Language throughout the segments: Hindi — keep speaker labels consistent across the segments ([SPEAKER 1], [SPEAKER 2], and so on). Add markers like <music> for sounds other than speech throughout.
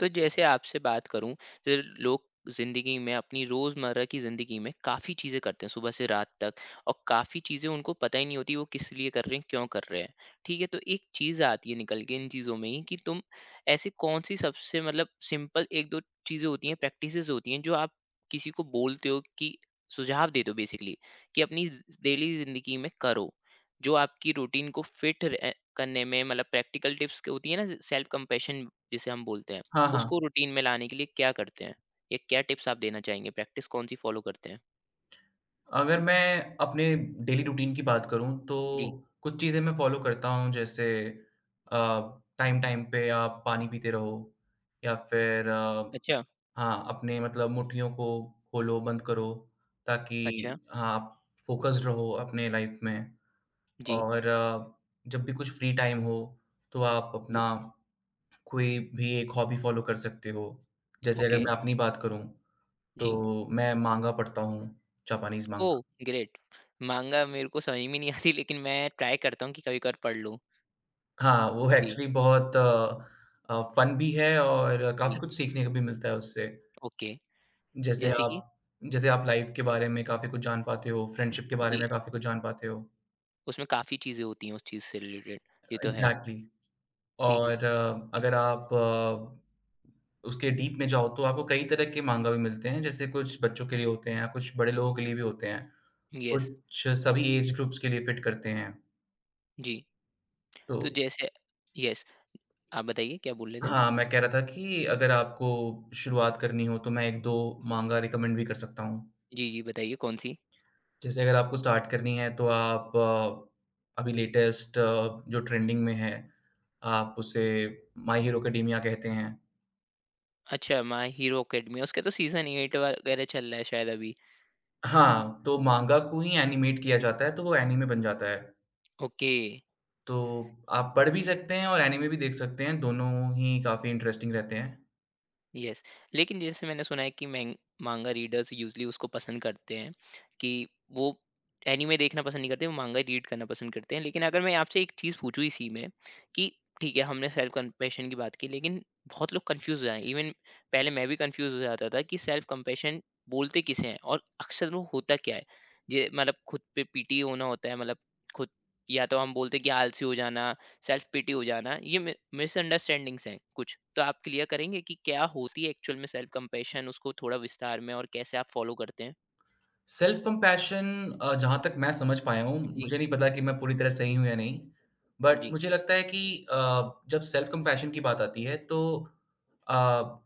[SPEAKER 1] तो जैसे आपसे बात करूं तो लोग जिंदगी में अपनी रोजमर्रा की जिंदगी में काफी चीजें करते हैं सुबह से रात तक। और काफी चीजें उनको पता ही नहीं होती वो किस लिए कर रहे हैं, क्यों कर रहे हैं। ठीक है, तो एक चीज आती है निकल के इन चीजों में ही कि तुम ऐसी कौन सी सबसे सिंपल एक दो चीजें होती हैं, प्रैक्टिसेस होती हैं जो आप किसी को बोलते हो कि सुझाव देते हो बेसिकली कि अपनी डेली जिंदगी में करो, जो आपकी रूटीन को फिट करने में प्रैक्टिकल टिप्स होती है ना, सेल्फ कंपेशन जिसे हम बोलते हैं,
[SPEAKER 2] हाँ,
[SPEAKER 1] उसको
[SPEAKER 2] हाँ।
[SPEAKER 1] रूटीन में लाने के लिए क्या करते हैं? या क्या टिप्स आप देना चाहेंगे? प्रैक्टिस कौन-सी फ़ॉलो करते हैं?
[SPEAKER 2] अगर मैं अपने डेली रूटीन की बात करूँ तो
[SPEAKER 1] जी।
[SPEAKER 2] कुछ चीज़ें मैं फ़ॉलो करता हूँ जैसे अ, टाइम-टाइम पे आप पानी पीते रहो या फिर
[SPEAKER 1] अच्छा,
[SPEAKER 2] हाँ, अपने मतलब मुट्ठियों को खोलो, बंद करो ताकि
[SPEAKER 1] अच्छा।
[SPEAKER 2] हाँ, आप फ़ोकस्ड रहो अपने लाइफ़ में
[SPEAKER 1] जी,
[SPEAKER 2] और जब भी कुछ फ्री टाइम हो तो आप
[SPEAKER 1] जी।
[SPEAKER 2] अपना कोई भी एक हॉबी फ़ॉलो कर सकते हो। जैसे अगर
[SPEAKER 1] ओके,
[SPEAKER 2] मैं अपनी बात करूँ
[SPEAKER 1] जी।
[SPEAKER 2] तो मैं मांगा पढ़ता हूँ, Japanese manga.
[SPEAKER 1] Oh! Great. Manga मेरे को समझ में नहीं आती, लेकिन मैं ट्राई करता हूँ कि कभी-कभार पढ़ लूँ।
[SPEAKER 2] हाँ, वो
[SPEAKER 1] जी,
[SPEAKER 2] एक्चुअली बहुत फन भी है और
[SPEAKER 1] जी।
[SPEAKER 2] काफ़ी कुछ सीखने को भी मिलता है उससे।
[SPEAKER 1] ओके।
[SPEAKER 2] जैसे
[SPEAKER 1] जैसे कि?
[SPEAKER 2] आप जैसे आप लाइफ़ के बारे में काफ़ी कुछ जान पाते हो, फ्रेंडशिप के बारे
[SPEAKER 1] जी,
[SPEAKER 2] में काफ़ी कुछ जान पाते हो।
[SPEAKER 1] उसमें काफ़ी चीज़ें होती हैं उस चीज़ से रिलेटेड। ये तो है।
[SPEAKER 2] एग्ज़ैक्टली
[SPEAKER 1] जी,
[SPEAKER 2] और अगर आप उसके डीप में जाओ तो आपको कई तरह के माँगा भी मिलते हैं, जैसे कुछ बच्चों के लिए होते हैं, कुछ बड़े लोगों के लिए भी होते हैं,
[SPEAKER 1] येस।
[SPEAKER 2] कुछ सभी एज ग्रुप्स के लिए फिट करते हैं।
[SPEAKER 1] जी,
[SPEAKER 2] तो
[SPEAKER 1] तो जैसे येस, आप बताइए क्या बोल रहे थे?
[SPEAKER 2] हाँ, मैं कह रहा था कि अगर आपको शुरुआत करनी हो तो मैं 1-2 माँगा रिकमेंड भी कर सकता हूँ।
[SPEAKER 1] जी, जी, बताइए कौन-सी?
[SPEAKER 2] जैसे अगर आपको स्टार्ट करनी है तो आप अभी लेटेस्ट जो ट्रेंडिंग में है, आप उसे माय हीरो एकेडेमिया कहते हैं।
[SPEAKER 1] अच्छा, माय हीरो अकेडमी, उसका तो सीज़न 8 वगैरह चल रहा है शायद अभी।
[SPEAKER 2] हाँ, तो मांगा को ही एनिमेट किया जाता है तो वो एनीमे बन जाता है।
[SPEAKER 1] ओके।
[SPEAKER 2] तो आप पढ़ भी सकते हैं और एनीमे भी देख सकते हैं, दोनों ही काफ़ी इंटरेस्टिंग रहते हैं।
[SPEAKER 1] यस, लेकिन जैसे मैंने सुना है कि मैंग मांगा रीडर्स यूज़ुअली उसको पसंद करते हैं कि वो एनीमे देखना पसंद नहीं करते, वो मांगा रीड करना पसंद करते हैं। लेकिन अगर मैं आपसे एक चीज़ पूछूँ इसी में कि ठीक है, हमने सेल्फ कंपैशन की बात की, लेकिन बहुत लोग कन्फ्यूज़ हो जाएँ। इवन पहले मैं भी कन्फ्यूज़ हो जाता था कि सेल्फ कंपैशन बोलते किसे हैं और अक्सर वो होता क्या है? ये खुद पे पीटी होना होता है, खुद या तो हम बोलते हैं कि आलसी हो जाना, सेल्फ पिटी हो जाना, ये मिसअंडरस्टैंडिंग्स हैं कुछ, तो आप क्लियर करेंगे कि क्या होती है एक्चुअल में सेल्फ कंपैशन, उसको थोड़ा विस्तार में, और कैसे आप फॉलो करते हैं।
[SPEAKER 2] सेल्फ कंपैशन जहाँ तक मैं समझ पाया हूँ,
[SPEAKER 1] जी।
[SPEAKER 2] मुझे नहीं पता कि मैं पूरी तरह सही हूँ या नहीं। बट
[SPEAKER 1] जी।
[SPEAKER 2] मुझे लगता है कि जब सेल्फ कंपैशन की बात आती है तो अ,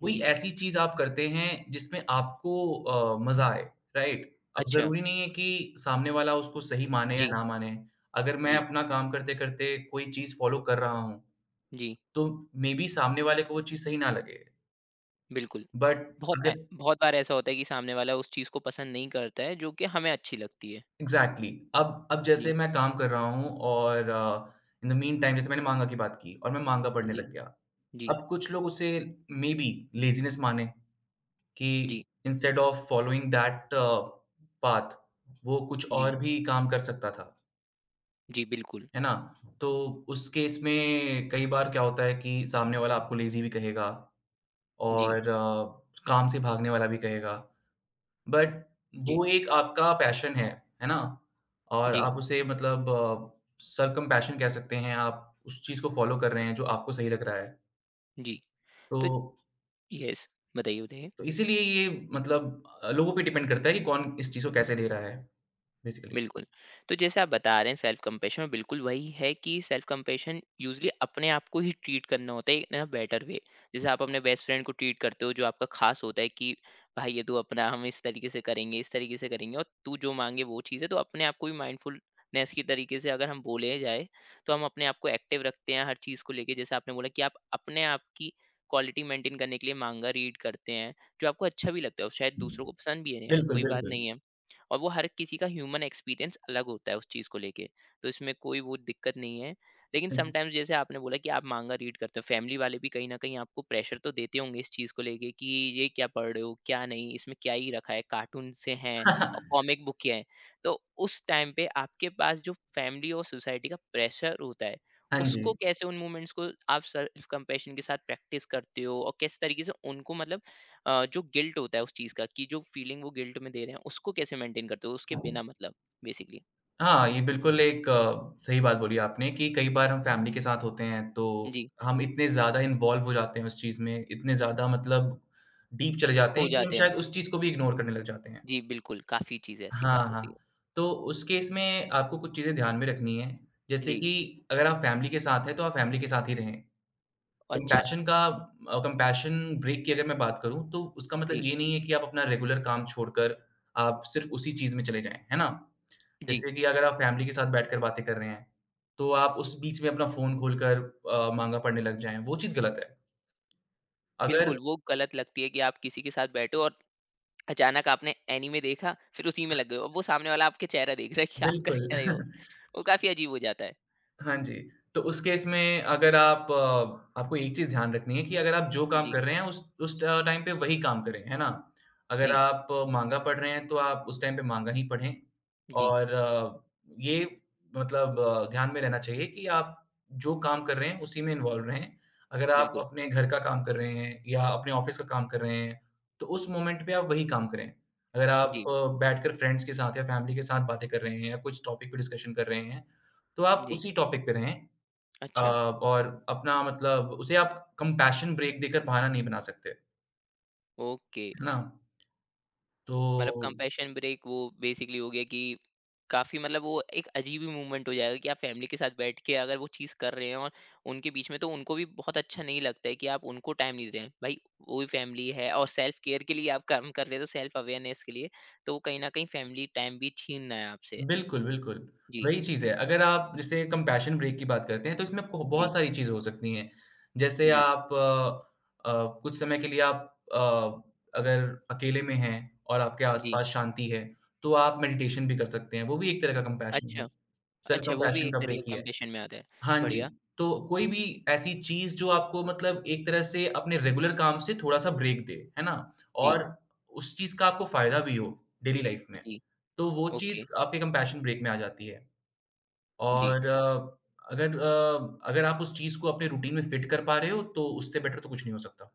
[SPEAKER 2] कोई
[SPEAKER 1] जी।
[SPEAKER 2] ऐसी चीज़ आप करते हैं जिसमें आपको मज़ा आए, राइट? अब
[SPEAKER 1] अच्छा।
[SPEAKER 2] ज़रूरी नहीं है कि सामने वाला उसको सही माने या
[SPEAKER 1] जी।
[SPEAKER 2] ना माने। अगर मैं
[SPEAKER 1] जी।
[SPEAKER 2] अपना काम करते-करते कोई चीज़ फ़ॉलो कर रहा हूँ,
[SPEAKER 1] जी।
[SPEAKER 2] तो मेबी सामने वाले को वो चीज़ सही ना लगे।
[SPEAKER 1] बिल्कुल।
[SPEAKER 2] बट अगर
[SPEAKER 1] बहुत बार ऐसा होता है कि सामने वाला उस चीज़ को पसंद नहीं करता है जो कि हमें अच्छी लगती है।
[SPEAKER 2] एग्ज़ैक्टली अब
[SPEAKER 1] जी।
[SPEAKER 2] जैसे मैं काम कर रहा हूँ और इन द मीन टाइम जैसे मैंने माँगा की बात की और मैं माँगा पढ़ने
[SPEAKER 1] जी।
[SPEAKER 2] लग गया।
[SPEAKER 1] जी।
[SPEAKER 2] अब कुछ लोग उसे मेबी लेज़ीनेस माने कि
[SPEAKER 1] जी।
[SPEAKER 2] Instead of following that path वो कुछ
[SPEAKER 1] जी।
[SPEAKER 2] और भी काम कर सकता था,
[SPEAKER 1] जी। बिल्कुल।
[SPEAKER 2] है ना? तो उस केस में कई बार क्या होता है कि सामने वाला आपको लेज़ी भी कहेगा
[SPEAKER 1] जी।
[SPEAKER 2] और काम से भागने वाला भी कहेगा। बट
[SPEAKER 1] जी।
[SPEAKER 2] वो एक आपका पैशन है ना? और
[SPEAKER 1] जी।
[SPEAKER 2] आप उसे मतलब सेल्फ कंपैशन कह सकते हैं, आप उस चीज़ को फ़ॉलो कर रहे हैं जो आपको सही लग रहा है।
[SPEAKER 1] जी। तो
[SPEAKER 2] तो
[SPEAKER 1] यस, बताइए, बताइए।
[SPEAKER 2] तो इसीलिए ये मतलब लोगों पे डिपेंड करता है कि कौन इस चीज़ को कैसे ले रहा है बेसिकली।
[SPEAKER 1] बिल्कुल। तो जैसे आप बता रहे हैं, सेल्फ कंपैशन, और बिल्कुल वही है कि सेल्फ कंपैशन यूज़ुअली अपने आप को ही ट्रीट करना होता है इन अ बेटर वे। जैसे आप अपने बेस्ट फ्रेंड को ट्रीट करते हो, जो आपका ख़ास होता है कि भाई ये तू अपना, हम इस तरीके से करेंगे, इस तरीके से करेंगे, और तू जो माँगे वो चीज़ है। तो अपने आप को भी माइंडफुलनेस की तरीके से अगर हम बोले जाए, तो हम अपने आप को एक्टिव रखते हैं हर चीज़ को लेके। जैसे आपने बोला कि आप अपने आप की क्वालिटी मेंटेन करने के लिए माँगा रीड करते हैं, जो आपको अच्छा भी लगता है और शायद दूसरों को पसंद भी नहीं आए,
[SPEAKER 2] बिल्कुल,
[SPEAKER 1] कोई बात
[SPEAKER 2] बिल्कुल।
[SPEAKER 1] नहीं है। और वो हर किसी का ह्यूमन एक्सपीरियंस अलग होता है उस चीज़ को लेके, तो इसमें कोई वो दिक्कत नहीं है। लेकिन समटाइम्स जैसे आपने बोला कि आप माँगा रीड करते हो, फैमिली वाले भी कहीं न कहीं आपको प्रेशर तो देते होंगे इस चीज़ को लेके कि ये क्या पढ़ रहे हो, क्या नहीं, इसमें क्या ही रखा है, कार्टून से हैं
[SPEAKER 2] <laughs> हुँ।
[SPEAKER 1] और कॉमिक बुक ही है। तो उस टाइम पे आपके पास जो फैमिली और सोसाइटी का प्रेशर होता है,
[SPEAKER 2] हाँ जी।
[SPEAKER 1] उसको कैसे, उन मोमेंट्स को आप सेल्फ कंपैशन के साथ प्रैक्टिस करते हो, और किस तरीके से उनको जो गिल्ट होता है उस चीज़ का, कि जो फीलिंग वो गिल्ट में दे रहे हैं, उसको कैसे मेंटेन करते हो उसके बिना, बेसिकली?
[SPEAKER 2] हाँ, ये बिल्कुल एक सही बात बोली आपने कि कई बार हम फैमिली के साथ होते हैं, तो
[SPEAKER 1] जी,
[SPEAKER 2] हम इतने ज़्यादा इन्वॉल्व हो जाते हैं उस चीज़ में, इतने ज़्यादा मतलब डीप चले जाते
[SPEAKER 1] खो
[SPEAKER 2] हैं कि हम
[SPEAKER 1] जाते हैं।
[SPEAKER 2] शायद उस चीज़ को भी इग्नोर करने लग जाते हैं।
[SPEAKER 1] जी, बिल्कुल, काफ़ी चीज़ें ऐसी बार
[SPEAKER 2] हाँ,
[SPEAKER 1] होती है।
[SPEAKER 2] हाँ। तो उस केस में आपको कुछ चीज़ें ध्यान में रखनी हैं, जैसे
[SPEAKER 1] जी।
[SPEAKER 2] कि अगर आप फैमिली के साथ हैं, तो आप फैमिली के साथ ही रहें।
[SPEAKER 1] अच्छा।
[SPEAKER 2] कंपैशन का कंपैशन ब्रेक की अगर मैं बात करूँ, तो उसका मतलब
[SPEAKER 1] जी।
[SPEAKER 2] ये नहीं है कि आप अपना रेगुलर काम छोड़कर आप सिर्फ़ उसी चीज़ में चले जाएँ, है ना?
[SPEAKER 1] जी।
[SPEAKER 2] जैसे कि अगर आप फैमिली के साथ बैठकर बातें कर रहे हैं, तो आप उस बीच में अपना फ़ोन खोलकर माँगा पढ़ने लग जाएँ, वो चीज़ गलत है। अगर
[SPEAKER 1] बिल्कुल, वो गलत लगती है कि आप किसी के साथ बैठे हो और अचानक आपने एनीमे देखा, फिर उसी में लग गए हो। अब वो सामने वाला आपके चेहरा देख रहा है कि आप कर
[SPEAKER 2] बिल्कुल।
[SPEAKER 1] क्या रहे हो?
[SPEAKER 2] <laughs>
[SPEAKER 1] वो काफ़ी अजीब हो जाता है।
[SPEAKER 2] हाँ जी, तो उस केस में अगर आप अ, आपको एक चीज़ ध्यान रखनी है कि अगर आप जो काम
[SPEAKER 1] जी।
[SPEAKER 2] कर रहे हैं उस ट टाइम पे वही काम करें, है ना? अगर
[SPEAKER 1] जी।
[SPEAKER 2] आप माँगा पढ़ रहे हैं तो आप उस टाइम पे माँगा ही पढ़ें
[SPEAKER 1] जी।
[SPEAKER 2] और ये मतलब ध्यान में रहना चाहिए कि आप जो काम कर रहे हैं उसी में इन्वॉल्व रहें। अगर आप
[SPEAKER 1] बिल्कुल।
[SPEAKER 2] अपने घर का काम कर रहे हैं या अपने ऑफ़िस का काम कर रहे हैं, तो उस मोमेंट पे आप वही काम करें। अगर आप
[SPEAKER 1] जी।
[SPEAKER 2] बैठकर फ्रेंड्स के साथ या फैमिली के साथ बातें कर रहे हैं या कुछ टॉपिक पे डिस्कशन कर रहे हैं, तो आप
[SPEAKER 1] जी।
[SPEAKER 2] उसी टॉपिक पे रहें
[SPEAKER 1] अच्छा।
[SPEAKER 2] और अपना मतलब उसे आप कंपैशन ब्रेक देकर बहाना नहीं बना सकते,
[SPEAKER 1] ओके।
[SPEAKER 2] है ना? तो
[SPEAKER 1] कंपैशन ब्रेक वो बेसिकली हो गया कि काफी वो एक अजीब ही मूवमेंट हो जाएगा कि आप फैमिली के साथ बैठ के अगर वो चीज कर रहे हैं और उनके बीच में, तो उनको भी बहुत अच्छा नहीं लगता है कि आप उनको टाइम नहीं दे रहे हैं। भाई, वो भी फैमिली है, और सेल्फ केयर के लिए आप काम कर रहे हो, तो सेल्फ अवेयरनेस के लिए तो वो कहीं ना कहीं फैमिली टाइम भी छीन रहा है आपसे।
[SPEAKER 2] बिल्कुल, बिल्कुल,
[SPEAKER 1] जी।
[SPEAKER 2] वही चीज़ है। अगर आप जैसे कंपैशन ब्रेक की बात करते हैं, तो इसमें ब
[SPEAKER 1] जी।
[SPEAKER 2] बहुत सारी चीज़ें हो सकती हैं। जैसे
[SPEAKER 1] जी।
[SPEAKER 2] आप कुछ समय के लिए आप अ, अगर अकेले में हैं और आपके
[SPEAKER 1] जी।
[SPEAKER 2] आस-पास शांति है, तो आप मेडिटेशन भी कर सकते हैं, वो भी एक तरह का कंपैशन
[SPEAKER 1] अच्छा।
[SPEAKER 2] है, सेल्फ
[SPEAKER 1] अच्छा, वो भी
[SPEAKER 2] कंपैशन
[SPEAKER 1] एक
[SPEAKER 2] का
[SPEAKER 1] तरीके
[SPEAKER 2] ब्रेक ही है।
[SPEAKER 1] कंपेशन में आता है।
[SPEAKER 2] हाँ जी,
[SPEAKER 1] बढ़िया।
[SPEAKER 2] तो कोई भी ऐसी चीज़ जो आपको मतलब एक तरह से अपने रेगुलर काम से थोड़ा-सा ब्रेक दे, है ना?
[SPEAKER 1] जी।
[SPEAKER 2] और उस चीज़ का आपको फ़ायदा भी हो डेली लाइफ़ में,
[SPEAKER 1] जी।
[SPEAKER 2] तो वो चीज़
[SPEAKER 1] ओके।
[SPEAKER 2] आपके कंपैशन ब्रेक में आ जाती है।
[SPEAKER 1] जी।
[SPEAKER 2] और अगर आप उस चीज़ को अपने रूटीन में फिट कर पा रहे हो, तो उससे बेटर तो कुछ नहीं हो सकता।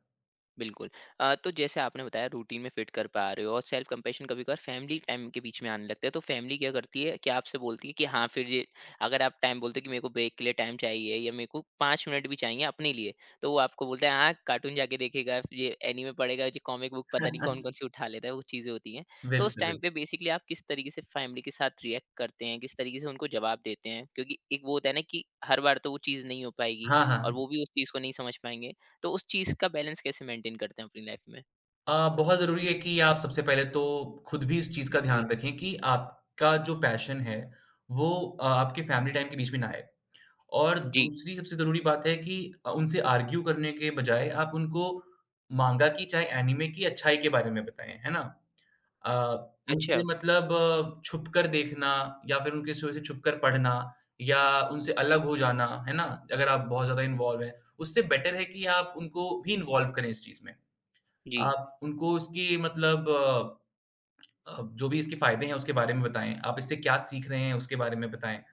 [SPEAKER 1] बिल्कुल। तो जैसे आपने बताया रूटीन में फिट कर पा रहे हो, और सेल्फ कंपैशन कभी-कभार फैमिली टाइम के बीच में आने लगता है। तो फैमिली क्या करती है कि आपसे बोलती है कि हाँ, फिर ये, अगर आप टाइम बोलते हो कि मेरे को ब्रेक के लिए टाइम चाहिए या मेरे को 5 मिनट भी चाहिए अपने लिए, तो वो आपको बोलता है हाँ, कार्टून जाके देखेगा, फिर ये एनीमे पढ़ेगा, ये कॉमिक बुक पता नहीं कौन-कौन
[SPEAKER 2] <laughs>
[SPEAKER 1] सी उठा लेता है, वो चीज़ें होती हैं। तो उस
[SPEAKER 2] बिल्कुल,
[SPEAKER 1] टाइम
[SPEAKER 2] बिल्कुल।
[SPEAKER 1] पे बेसिकली आप किस तरीके से फैमिली के साथ रिएक्ट करते हैं? किस तरीके से उनको जवाब देते हैं? क्योंकि एक वो होता है ना कि हर बार तो वो चीज़ नहीं हो पाएगी
[SPEAKER 2] हाँ,
[SPEAKER 1] और
[SPEAKER 2] हाँ।
[SPEAKER 1] वो भी उस चीज़ को नहीं समझ पाएँगे। तो उस चीज़ का बैलेंस कैसे मेंटेन करते हैं अपनी लाइफ में?
[SPEAKER 2] बहुत ज़रूरी है कि आप सबसे पहले तो खुद भी इस चीज़ का
[SPEAKER 1] जी।
[SPEAKER 2] ध्यान रखें कि आपका जो पैशन है, वो आपके फैमिली टाइम के बीच में ना आए। और
[SPEAKER 1] जी।
[SPEAKER 2] दूसरी सबसे ज़रूरी बात है कि उनसे आर्ग्यू करने के बजाय आप उनको माँगा की चाहे एनीमे की अच्छाई के बारे में बताएँ, है ना? अ, उनसे
[SPEAKER 1] अच्छा।
[SPEAKER 2] मतलब छुपकर देखना या फिर उनके शो से छुपकर पढ़ना या उनसे अलग हो जाना, है ना? अगर आप बहुत ज़्यादा इन्वॉल्व हैं, उससे बेटर है कि आप उनको भी इन्वॉल्व करें इस चीज़ में।
[SPEAKER 1] जी।
[SPEAKER 2] आप उनको इसकी मतलब जो भी इसके फ़ायदे हैं उसके बारे में बताएँ, आप इससे क्या सीख रहे हैं उसके बारे में बताएँ।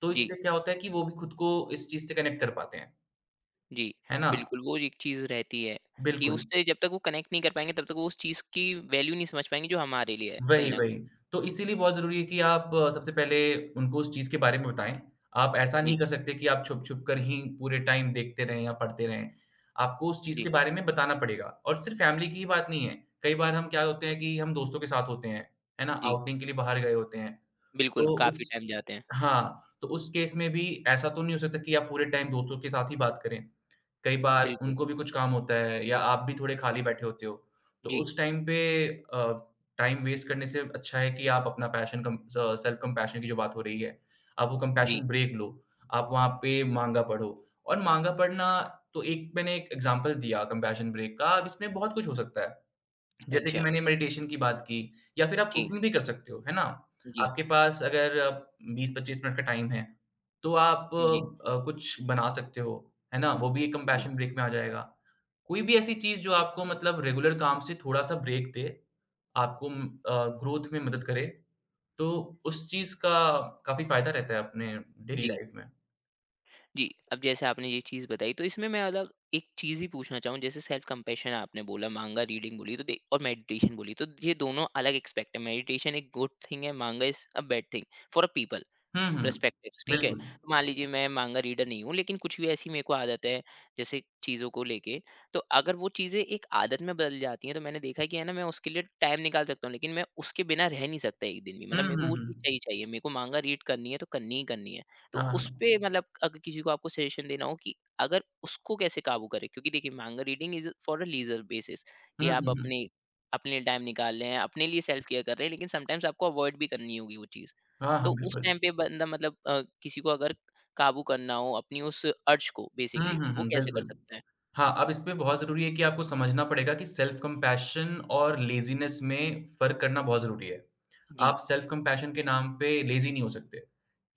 [SPEAKER 2] तो
[SPEAKER 1] जी।
[SPEAKER 2] इससे क्या होता है कि वो भी खुद को इस चीज़ से कनेक्ट कर पाते हैं।
[SPEAKER 1] जी।
[SPEAKER 2] है ना?
[SPEAKER 1] बिल्कुल, वो एक चीज़ रहती है कि
[SPEAKER 2] बिल्कुल,
[SPEAKER 1] उससे जब तक वो कनेक्ट नहीं कर पाएँगे, तब तक वो उस चीज़ की वैल्यू नहीं समझ पाएँगे जो हमारे लिए है कहीं
[SPEAKER 2] वही,
[SPEAKER 1] न कहीं।
[SPEAKER 2] वही। तो इसीलिए बहुत ज़रूरी है कि आप सबसे पहले उनको उस चीज़ के बारे में बताएँ। आप ऐसा नहीं
[SPEAKER 1] जी।
[SPEAKER 2] कर सकते कि आप छुप-छुप कर ही पूरे टाइम देखते रहें या पढ़ते रहें। आपको उस चीज़
[SPEAKER 1] जी।
[SPEAKER 2] के बारे में बताना पड़ेगा और सिर्फ़ फैमिली की ही बात नहीं है। कई बार हम क्या होते हैं कि हम दोस्तों के साथ होते हैं, है ना?
[SPEAKER 1] जी।
[SPEAKER 2] आउटिंग के लिए बाहर गए होते हैं।
[SPEAKER 1] बिल्कुल,
[SPEAKER 2] तो उस
[SPEAKER 1] काफ़ी टाइम जाते हैं।
[SPEAKER 2] हाँ, तो उस केस में भी ऐसा तो नहीं हो सकता कि आप पूरे टाइम दोस्तों के साथ ही बात करें। कई बार
[SPEAKER 1] बिल्कुल।
[SPEAKER 2] उनको भी कुछ काम होता है या आप भी थोड़े खाली बैठे होते हो, तो
[SPEAKER 1] जी।
[SPEAKER 2] उस टाइम पे अ, टाइम वेस्ट करने से अच्छा है कि आप अपना पैशन कम स सेल्फ कंपैशन की जो बात हो रही है, आप वो
[SPEAKER 1] जी।
[SPEAKER 2] कंपैशन ब्रेक लो, आप वहाँ पे माँगा पढ़ो और माँगा पढ़ना तो एक मैंने एक एग्ज़ाम्पल दिया कंपैशन ब्रेक का, अब इसमें बहुत कुछ हो सकता है। जैसे कि
[SPEAKER 1] अच्छा।
[SPEAKER 2] मैंने मेडिटेशन की बात की या फिर आप
[SPEAKER 1] जी।
[SPEAKER 2] कुकिंग भी कर सकते हो, है ना?
[SPEAKER 1] जी।
[SPEAKER 2] आपके पास अगर 20-25 मिनट का टाइम है, तो आप
[SPEAKER 1] जी।
[SPEAKER 2] कुछ बना सकते हो, है ना? वो भी एक
[SPEAKER 1] जी।
[SPEAKER 2] कंपैशन ब्रेक में आ जाएगा। कोई भी ऐसी चीज़ जो आपको मतलब रेगुलर काम से थोड़ा-सा ब्रेक दे, आपको ग्रोथ में मदद करे, तो उस चीज़ का काफ़ी फ़ायदा रहता है अपने डेली
[SPEAKER 1] जी।
[SPEAKER 2] लाइफ में।
[SPEAKER 1] जी, अब जैसे आपने ये चीज़ बताई, तो इसमें मैं अलग एक चीज़ ही पूछना चाहूँ। जैसे सेल्फ कंपैशन आपने बोला, मांगा रीडिंग बोली तो दे और मेडिटेशन बोली, तो ये दोनों अलग एस्पेक्ट है। मेडिटेशन एक गुड थिंग है, manga is a bad thing for a people.
[SPEAKER 2] हुँ, हुँ,
[SPEAKER 1] पर्सपेक्टिव्स ठीक है?
[SPEAKER 2] बिल्कुल।
[SPEAKER 1] मान लीजिए मैं माँगा रीडर नहीं हूँ, लेकिन कुछ भी ऐसी मेरे को आदत है, जैसे चीज़ों को लेके, तो अगर वो चीज़ें एक आदत में बदल जाती हैं, तो मैंने देखा है कि है ना, मैं उसके लिए टाइम निकाल सकता हूँ, लेकिन मैं उसके बिना रह नहीं सकता एक दिन भी।
[SPEAKER 2] हुँ,
[SPEAKER 1] मतलब मेरे को
[SPEAKER 2] हुँ,
[SPEAKER 1] वो
[SPEAKER 2] हुँ।
[SPEAKER 1] चीज़ चाहिए चाहिए, मेरे को माँगा रीड करनी है, तो करनी ही करनी है। तो
[SPEAKER 2] हाँ,
[SPEAKER 1] उस
[SPEAKER 2] हाँ।
[SPEAKER 1] पे अगर किसी को आपको सजेशन देना हो कि अगर उसको कैसे काबू करें? क्योंकि देखिए manga reading is for a leisure basis
[SPEAKER 2] हुँ,
[SPEAKER 1] कि आप
[SPEAKER 2] हुँ, हुँ।
[SPEAKER 1] अपने अपने लिए टाइम निकाल रहे हैं, अपने लिए सेल्फ केयर कर रहे हैं, लेकिन समटाइम्स आपको अवॉइड भी करनी होगी वो चीज़।
[SPEAKER 2] हाँ,
[SPEAKER 1] तो
[SPEAKER 2] हाँ,
[SPEAKER 1] उस
[SPEAKER 2] बिल्कुल।
[SPEAKER 1] टाइम पे बंदा किसी को अगर काबू करना हो अपनी उस अर्श को
[SPEAKER 2] हुँ,
[SPEAKER 1] बेसिकली,
[SPEAKER 2] हुँ,
[SPEAKER 1] वो
[SPEAKER 2] हुँ,
[SPEAKER 1] कैसे कर
[SPEAKER 2] बिल्कुल।
[SPEAKER 1] सकता है?
[SPEAKER 2] हाँ, अब इसमें बहुत ज़रूरी है कि आपको समझना पड़ेगा कि सेल्फ कंपैशन और लेज़ीनेस में फ़र्क करना बहुत ज़रूरी है। आप
[SPEAKER 1] जी।
[SPEAKER 2] सेल्फ कंपैशन के नाम पे लेज़ी नहीं हो सकते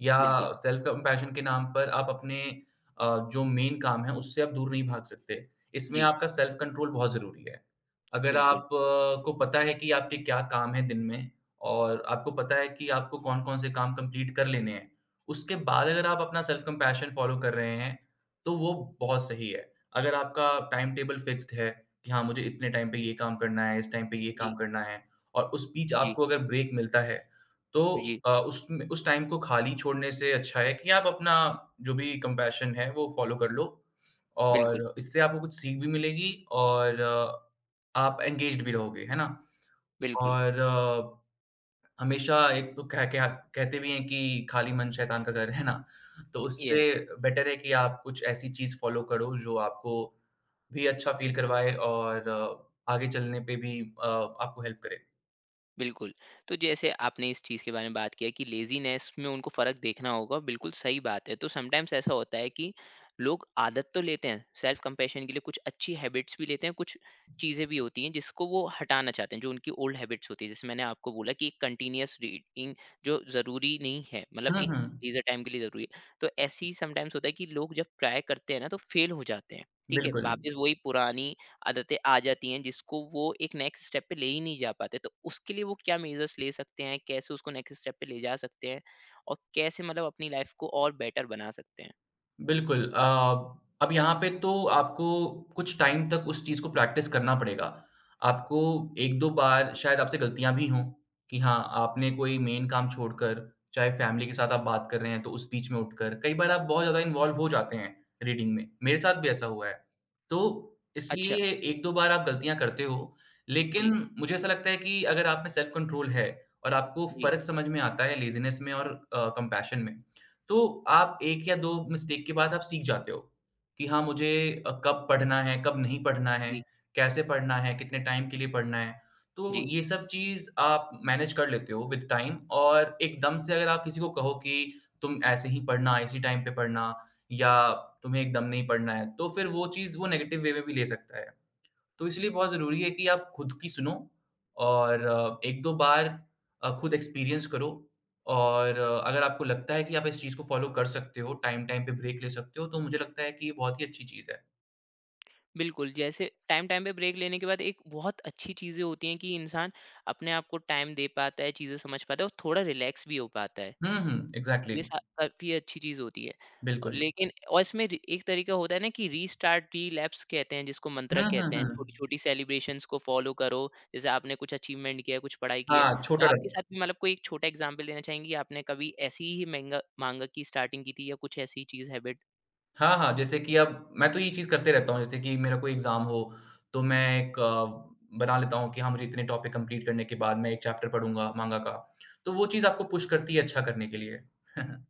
[SPEAKER 2] या
[SPEAKER 1] बिल्कुल।
[SPEAKER 2] सेल्फ कंपैशन के नाम पर आप अपने जो मेन काम है, उससे आप दूर नहीं भाग सकते। इसमें
[SPEAKER 1] जी।
[SPEAKER 2] आपका सेल्फ कंट्रोल बहुत ज़रूरी है। अगर
[SPEAKER 1] बिल्कुल।
[SPEAKER 2] आप को पता है कि आपके क्या काम हैं दिन में और आपको पता है कि आपको कौन-कौन से काम कंप्लीट कर लेने हैं, उसके बाद अगर आप अपना सेल्फ कंपैशन फ़ॉलो कर रहे हैं, तो वो बहुत सही है। अगर आपका टाइम टेबल फिक्स्ड है कि हाँ, मुझे इतने टाइम पे ये काम करना है, इस टाइम पे ये काम
[SPEAKER 1] जी।
[SPEAKER 2] करना है, और उस बीच
[SPEAKER 1] जी।
[SPEAKER 2] आपको अगर ब्रेक मिलता है, तो
[SPEAKER 1] जी।
[SPEAKER 2] उसमें उस टाइम को खाली छोड़ने से अच्छा है कि आप अपना जो भी कंपैशन है, वो फ़ॉलो कर लो
[SPEAKER 1] बिल्कुल,
[SPEAKER 2] और इससे आपको कुछ सीख भी मिलेगी और आप एंगेज्ड भी रहोगे, है ना?
[SPEAKER 1] बिल्कुल।
[SPEAKER 2] और हमेशा एक तो कह कह कहते भी हैं कि खाली मन शैतान का घर, है ना? तो उससे
[SPEAKER 1] येस।
[SPEAKER 2] बेटर है कि आप कुछ ऐसी चीज़ फ़ॉलो करो, जो आपको भी अच्छा फ़ील करवाए और आगे चलने पे भी आपको हेल्प करे।
[SPEAKER 1] बिल्कुल। तो जैसे आपने इस चीज़ के बारे में बात किया कि लेज़ीनेस में उनको फ़र्क देखना होगा, बिल्कुल सही बात है। तो समटाइम्स ऐसा होता है कि लोग आदत तो लेते हैं, सेल्फ़ कंपैशन के लिए कुछ अच्छी हैबिट्स भी लेते हैं, कुछ चीज़ें भी होती हैं जिसको वो हटाना चाहते हैं, जो उनकी ओल्ड हैबिट्स होती हैं। जैसे मैंने आपको बोला कि एक कंटीन्यूअस रीडिंग जो ज़रूरी नहीं है,
[SPEAKER 2] हुँ,
[SPEAKER 1] एक
[SPEAKER 2] हुँ।
[SPEAKER 1] लेज़र टाइम के लिए ज़रूरी है। तो ऐसे ही समटाइम्स होता है कि लोग जब ट्राई करते हैं ना, तो फेल हो जाते हैं, ठीक है?
[SPEAKER 2] बिल्कुल,
[SPEAKER 1] वापस वही पुरानी आदतें आ जाती हैं, जिसको वो एक नेक्स्ट स्टेप पे ले ही नहीं जा पाते। तो उसके लिए वो क्या मेजर्स ले सकते हैं, कैसे उसको नेक्स्ट स्टेप पे ले जा सकते हैं, और कैसे अपनी लाइफ को और बेटर बना सकते हैं?
[SPEAKER 2] बिल्कुल। अब यहाँ पे तो आपको कुछ टाइम तक उस चीज़ को प्रैक्टिस करना पड़ेगा। आपको 1-2 बार शायद आपसे गलतियाँ भी हों कि हाँ, आपने कोई मेन काम छोड़कर, चाहे फ़ैमिली के साथ आप बात कर रहे हैं, तो उस बीच में उठकर कई बार आप बहुत ज़्यादा इन्वॉल्व हो जाते हैं रीडिंग में। मेरे साथ भी ऐसा हुआ है। तो
[SPEAKER 1] अच्छा।
[SPEAKER 2] इसलिए 1-2 बार आप गलतियाँ करते हो, लेकिन
[SPEAKER 1] जी।
[SPEAKER 2] मुझे ऐसा लगता है कि अगर आप में सेल्फ कंट्रोल है और आपको
[SPEAKER 1] जी।
[SPEAKER 2] फ़र्क समझ में आता है लेज़ीनेस में और कंपैशन में, तो आप 1 या 2 मिस्टेक के बाद आप सीख जाते हो, कि हाँ मुझे कब पढ़ना है, कब नहीं पढ़ना है,
[SPEAKER 1] जी।
[SPEAKER 2] कैसे पढ़ना है, कितने टाइम के लिए पढ़ना है।
[SPEAKER 1] जी।
[SPEAKER 2] तो ये सब चीज़ आप मैनेज कर लेते हो विद टाइम और एकदम से अगर आप किसी को कहो कि तुम ऐसे ही पढ़ना, इसी टाइम पे पढ़ना या तुम्हें एकदम नहीं पढ़ना है, तो फिर वो चीज़ वो नेगेटिव वे में भी ले सकता है। तो इसलिए बहुत ज़रूरी है कि आप खुद की सुनो और 1-2 बार खुद एक्सपीरियंस करो और अगर आपको लगता है कि आप इस चीज़ को फ़ॉलो कर सकते हो, टाइम-टाइम पे ब्रेक ले सकते हो, तो मुझे लगता है कि ये बहुत ही अच्छी चीज़ है।
[SPEAKER 1] बिल्कुल, जैसे टाइम टाइम पे ब्रेक लेने के बाद एक बहुत अच्छी चीज़ें होती हैं कि इंसान अपने आप को टाइम दे पाता है, चीज़ें समझ पाता है और थोड़ा रिलैक्स भी हो पाता है,
[SPEAKER 2] हुँ, हुँ, इग्ज़ैक्टली,
[SPEAKER 1] ये सा काफ़ी अच्छी चीज़ होती है।
[SPEAKER 2] बिल्कुल।
[SPEAKER 1] लेकिन और इसमें रि एक तरीका होता है ना कि रीस्टार्ट, रिलैप्स कहते हैं जिसको, मंत्र
[SPEAKER 2] हुँ, हुँ,
[SPEAKER 1] कहते हैं।
[SPEAKER 2] हुँ।
[SPEAKER 1] छोटी-छोटी सेलिब्रेशंस को फ़ॉलो करो। जैसे आपने कुछ अचीवमेंट किया है, कुछ पढ़ाई की है।
[SPEAKER 2] हाँ,
[SPEAKER 1] तो
[SPEAKER 2] छोटा
[SPEAKER 1] आपके
[SPEAKER 2] रख
[SPEAKER 1] साथ भी कोई एक छोटा एग्ज़ाम्पल देना चाहेंगी, आपने कभी ऐसी ही मेंगा माँगा की स्टार्टिंग की थी या कुछ ऐसी चीज़ हैबिट?
[SPEAKER 2] हाँ, हाँ, जैसे कि अब मैं तो ये चीज़ करते रहता हूँ, जैसे कि मेरा कोई एग्ज़ाम हो, तो मैं एक बना लेता हूँ कि हाँ, मुझे इतने टॉपिक कंप्लीट करने के बाद मैं एक चैप्टर पढ़ूँगा माँगा का, तो वो चीज़ आपको पुश करती है अच्छा करने के लिए। <laughs>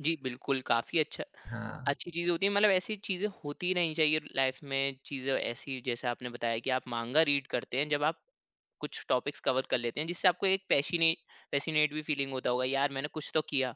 [SPEAKER 1] जी, बिल्कुल, काफ़ी अच्छा,
[SPEAKER 2] हाँ।
[SPEAKER 1] अच्छी चीज़ें होती हैं, ऐसी चीज़ें होती रहनी चाहिए लाइफ में, चीज़ें ऐसी। जैसे आपने बताया कि आप माँगा रीड करते हैं, जब आप कुछ टॉपिक्स कवर कर लेते हैं, जिससे आपको एक पैशिने पैसिनेट भी फीलिंग होता होगा, यार मैंने कुछ तो किया।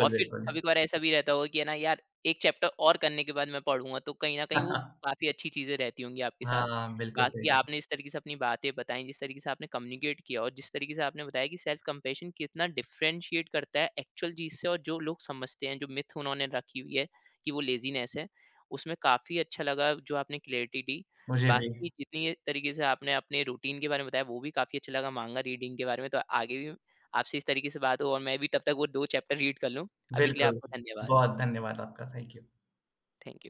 [SPEAKER 1] और फिर
[SPEAKER 2] बिल्कुल।
[SPEAKER 1] कभी-कभार ऐसा भी रहता होगा कि है ना यार, 1 चैप्टर और करने के बाद मैं पढ़ूँगा, तो कहीं न कहीं वो
[SPEAKER 2] <laughs>
[SPEAKER 1] काफ़ी अच्छी चीज़ें रहती होंगी आपके साथ।
[SPEAKER 2] हाँ, बिल्कुल सही
[SPEAKER 1] बाकी
[SPEAKER 2] कहा।
[SPEAKER 1] आपने जिस तरीके से अपनी बातें बताई, जिस तरीके से आपने कम्युनिकेट किया और जिस तरीके से आपने बताया कि सेल्फ कंपैशन कितना डिफरेंशिएट करता है एक्चुअल चीज़ से और जो लोग समझते हैं, जो मिथ उन्होंने रखी हुई है कि वो लेज़ीनेस है, उसमें काफ़ी अच्छा लगा जो आपने क्लैरिटी दी।
[SPEAKER 2] मुझे भी,
[SPEAKER 1] बाकी जितनी ये तरीके से आपने अपने रूटीन के बारे में बताया, वो भी काफ़ी अच्छा लगा, माँगा रीडिंग के बारे में। तो आगे भी आपसे इस तरीके से बात हो, और मैं भी तब तक वो 2 चैप्टर रीड कर लूँ। अभी के लिए
[SPEAKER 2] बिल्कुल।
[SPEAKER 1] आपको धन्यवाद।
[SPEAKER 2] बहुत धन्यवाद आपका, थैंक यू।
[SPEAKER 1] Thank you.